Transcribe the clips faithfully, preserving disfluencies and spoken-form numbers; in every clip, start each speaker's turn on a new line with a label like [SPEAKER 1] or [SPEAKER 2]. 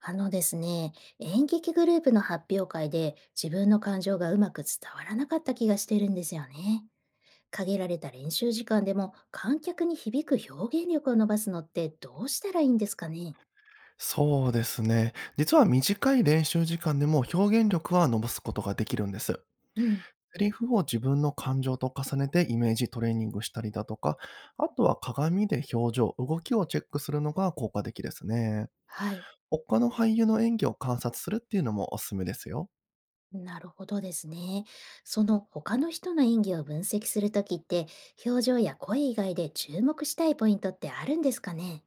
[SPEAKER 1] あのですね、演劇グループの発表会で自分の感情がうまく伝わらなかった気がしてるんですよね。限られた練習時間でも観客に響く表現力を伸ばすのってどうしたらいいんですかね。
[SPEAKER 2] そうですね。実は短い練習時間でも表現力は伸ばすことができるんです。
[SPEAKER 1] うん、
[SPEAKER 2] セリフを自分の感情と重ねてイメージトレーニングしたりだとか、あとは鏡で表情、動きをチェックするのが効果的ですね。
[SPEAKER 1] はい。
[SPEAKER 2] 他の俳優の演技を観察するっていうのもおすすめですよ。
[SPEAKER 1] なるほどですね。その他の人の演技を分析するときって、表情や声以外で注目したいポイントってあるんですかね。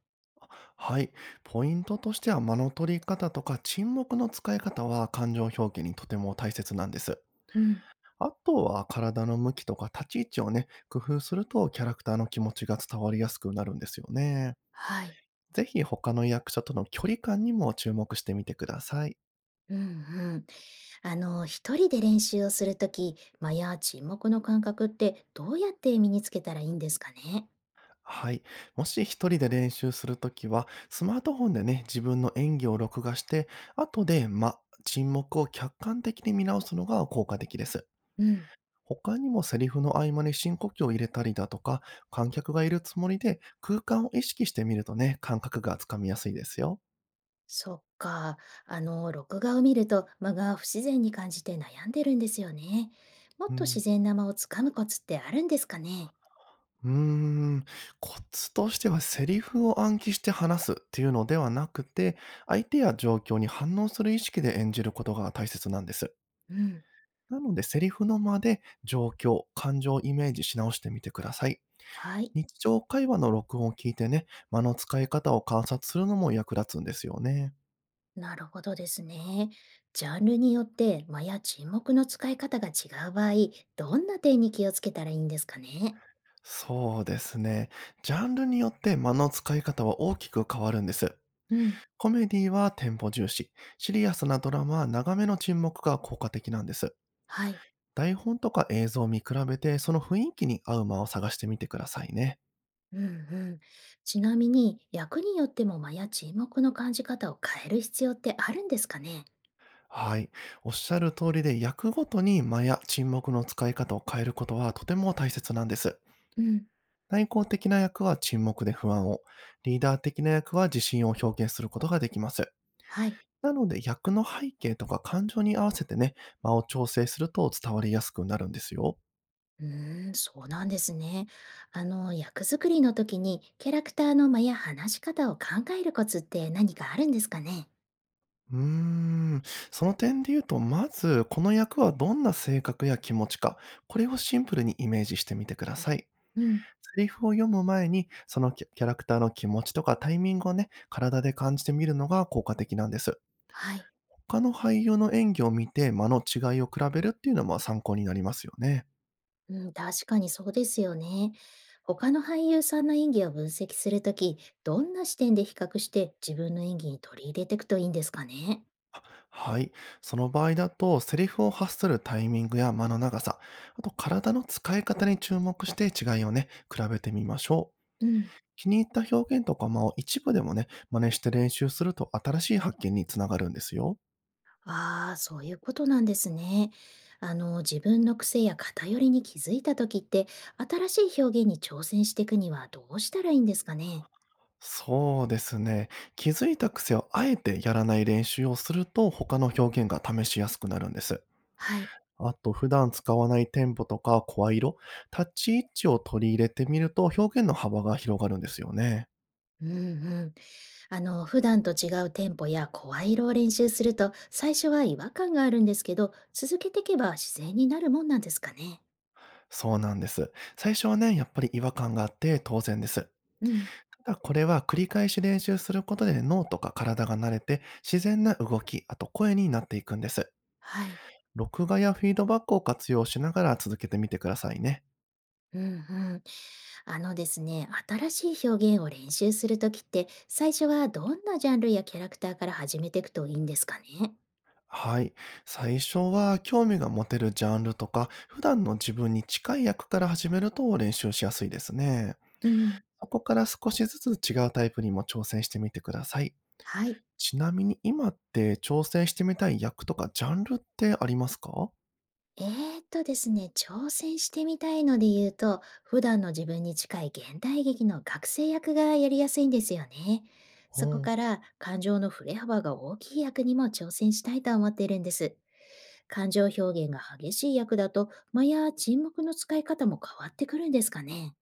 [SPEAKER 2] はい。ポイントとしては間の取り方とか沈黙の使い方は感情表現にとても大切なんです。
[SPEAKER 1] うん、
[SPEAKER 2] あとは体の向きとか立ち位置をね、工夫するとキャラクターの気持ちが伝わりやすくなるんですよね。
[SPEAKER 1] はい。
[SPEAKER 2] ぜひ他の役者との距離感にも注目してみてください。
[SPEAKER 1] うんうん。あの、一人で練習をするとき、間や沈黙の感覚ってどうやって身につけたらいいんですかね。
[SPEAKER 2] はい。もし一人で練習するときは、スマートフォンでね、自分の演技を録画して、後で、ま、沈黙を客観的に見直すのが効果的です。
[SPEAKER 1] うん、
[SPEAKER 2] 他にもセリフの合間に深呼吸を入れたりだとか、観客がいるつもりで空間を意識してみるとね、感覚がつかみやすいですよ。
[SPEAKER 1] そっか。あの、録画を見ると間が不自然に感じて悩んでるんですよね。も
[SPEAKER 2] う
[SPEAKER 1] っと自
[SPEAKER 2] ん。
[SPEAKER 1] 然な間をつかむコツってあるんですかね。
[SPEAKER 2] うーん、コツとしてはセリフを暗記して話すっていうのではなくて、相手や状況に反応する意識で演じることが大切なんです。
[SPEAKER 1] うん、
[SPEAKER 2] なのでセリフの間で状況、感情をイメージし直してみてください。
[SPEAKER 1] はい。
[SPEAKER 2] 日常会話の録音を聞いてね、間の使い方を観察するのも役立つんですよね。
[SPEAKER 1] なるほどですね。ジャンルによって間や沈黙の使い方が違う場合、どんな点に気をつけたらいいんですかね。
[SPEAKER 2] そうですね。ジャンルによって間の使い方は大きく変わるんです。
[SPEAKER 1] うん。
[SPEAKER 2] コメディはテンポ重視、シリアスなドラマは長めの沈黙が効果的なんです。
[SPEAKER 1] はい。
[SPEAKER 2] 台本とか映像を見比べて、その雰囲気に合う間を探してみてくださいね。
[SPEAKER 1] うんうん。ちなみに、役によっても間や沈黙の感じ方を変える必要ってあるんですかね。
[SPEAKER 2] はい。おっしゃる通りで、役ごとに間や沈黙の使い方を変えることはとても大切なんです。
[SPEAKER 1] うん、
[SPEAKER 2] 内向的な役は沈黙で不安を、リーダー的な役は自信を表現することができます。
[SPEAKER 1] はい。
[SPEAKER 2] なので、役の背景とか感情に合わせてね、間を調整すると伝わりやすくなるんですよ。
[SPEAKER 1] うーん、そうなんですね。あの、役作りの時にキャラクターの間や話し方を考えるコツって何かあるんですかね。
[SPEAKER 2] うーん、その点で言うと、まず、この役はどんな性格や気持ちか、これをシンプルにイメージしてみてください。
[SPEAKER 1] うん、
[SPEAKER 2] セリフを読む前に、そのキャキャラクターの気持ちとかタイミングをね、体で感じてみるのが効果的なんです。
[SPEAKER 1] はい。
[SPEAKER 2] 他の俳優の演技を見て間の違いを比べるっていうのも参考になりますよね。
[SPEAKER 1] うん、確かにそうですよね。他の俳優さんの演技を分析するとき、どんな視点で比較して自分の演技に取り入れていくといいんですかね。
[SPEAKER 2] はい。その場合だと、セリフを発するタイミングや間の長さ、あと体の使い方に注目して違いをね、比べてみましょう。
[SPEAKER 1] うん。
[SPEAKER 2] 気に入った表現とか間を一部でもね、真似して練習すると新しい発見につながるんですよ。
[SPEAKER 1] ああ、そういうことなんですね。あの、自分の癖や偏りに気づいた時って、新しい表現に挑戦していくにはどうしたらいいんですかね。
[SPEAKER 2] そうですね。気づいた癖をあえてやらない練習をすると他の表現が試しやすくなるんです。
[SPEAKER 1] はい。
[SPEAKER 2] あと普段使わないテンポとか声色、立ち位置を取り入れてみると表現の幅が広がるんですよね。
[SPEAKER 1] うんうん。あの、普段と違うテンポや声色を練習すると、最初は違和感があるんですけど、続けていけば自然になるもんなんですかね。
[SPEAKER 2] そうなんです。最初はね、やっぱり違和感があって当然です。
[SPEAKER 1] うん。
[SPEAKER 2] ただこれは繰り返し練習することで脳とか体が慣れて自然な動き、あと声になっていくんです。
[SPEAKER 1] はい。
[SPEAKER 2] 録画やフィードバックを活用しながら続けてみてくださいね。
[SPEAKER 1] うんうん。あのですね、新しい表現を練習するときって、最初はどんなジャンルやキャラクターから始めていくといいんですかね。
[SPEAKER 2] はい。最初は興味が持てるジャンルとか、普段の自分に近い役から始めると練習しやすいですね。
[SPEAKER 1] うん。
[SPEAKER 2] そこから少しずつ違うタイプにも挑戦してみてください。
[SPEAKER 1] はい。
[SPEAKER 2] ちなみに今って挑戦してみたい役とかジャンルってありますか？
[SPEAKER 1] えーっとですね、挑戦してみたいので言うと、普段の自分に近い現代劇の学生役がやりやすいんですよね。
[SPEAKER 2] う
[SPEAKER 1] そこ
[SPEAKER 2] ん。
[SPEAKER 1] から感情の振れ幅が大きい役にも挑戦したいと思っているんです。感情表現が激しい役だと、間や沈黙の使い方も変わってくるんですかね。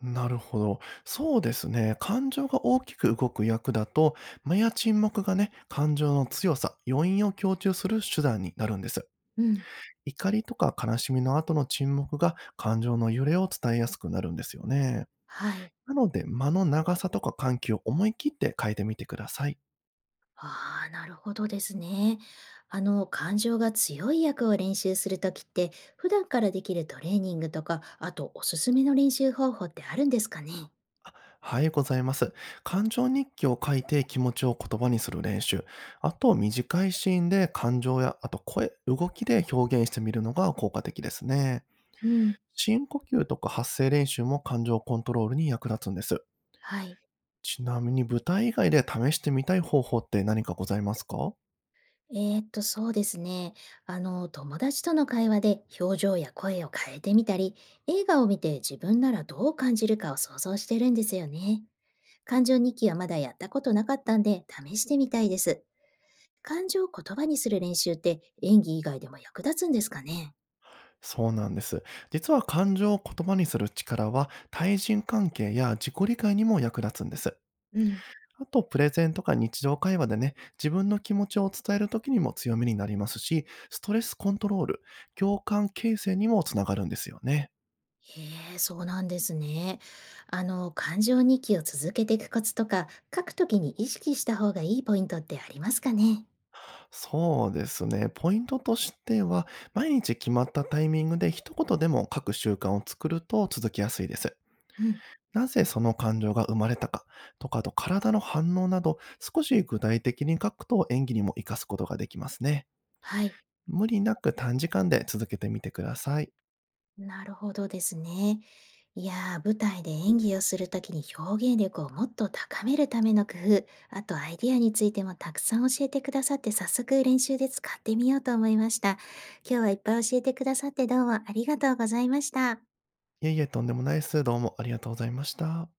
[SPEAKER 2] なるほど。そうですね。感情が大きく動く役だと、間や沈黙がね、感情の強さ、余韻を強調する手段になるんです。
[SPEAKER 1] うん。
[SPEAKER 2] 怒りとか悲しみの後の沈黙が感情の揺れを伝えやすくなるんですよね。
[SPEAKER 1] はい。
[SPEAKER 2] なので、間の長さとか緩急を思い切って変えてみてください。
[SPEAKER 1] ああ、なるほどですね。あの、感情が強い役を練習するときって、普段からできるトレーニングとか、あとおすすめの練習方法ってあるんですかね。
[SPEAKER 2] はい、ございます。感情日記を書いて気持ちを言葉にする練習。あと、短いシーンで感情や、あと声、動きで表現してみるのが効果的ですね。
[SPEAKER 1] うん、
[SPEAKER 2] 深呼吸とか発声練習も感情コントロールに役立つんです。
[SPEAKER 1] はい。
[SPEAKER 2] ちなみに舞台以外で試してみたい方法って何かございますか？
[SPEAKER 1] えーっと、そうですね。あの、友達との会話で表情や声を変えてみたり、映画を見て自分ならどう感じるかを想像してるんですよね。感情日記はまだやったことなかったんで、試してみたいです。感情を言葉にする練習って演技以外でも役立つんですかね。
[SPEAKER 2] そうなんです。実は感情を言葉にする力は対人関係や自己理解にも役立つんです。
[SPEAKER 1] うん。
[SPEAKER 2] あと、プレゼンとか日常会話でね、自分の気持ちを伝えるときにも強みになりますし、ストレスコントロール、共感形成にもつながるんですよね。
[SPEAKER 1] へえ、そうなんですね。あの、感情日記を続けていくコツとか、書くときに意識した方がいいポイントってありますかね。
[SPEAKER 2] そうですね。ポイントとしては、毎日決まったタイミングで一言でも書く習慣を作ると続きやすいです。
[SPEAKER 1] うん、
[SPEAKER 2] なぜその感情が生まれたかとか、あと体の反応など、少し具体的に書くと演技にも活かすことができますね。
[SPEAKER 1] はい。
[SPEAKER 2] 無理なく短時間で続けてみてください。
[SPEAKER 1] なるほどですね。いやー、舞台で演技をするときに表現力をもっと高めるための工夫、あとアイディアについてもたくさん教えてくださって、早速練習で使ってみようと思いました。今日はいっぱい教えてくださってどうもありがとうございました。
[SPEAKER 2] いえいえ、とんでもないです。どうもありがとうございました。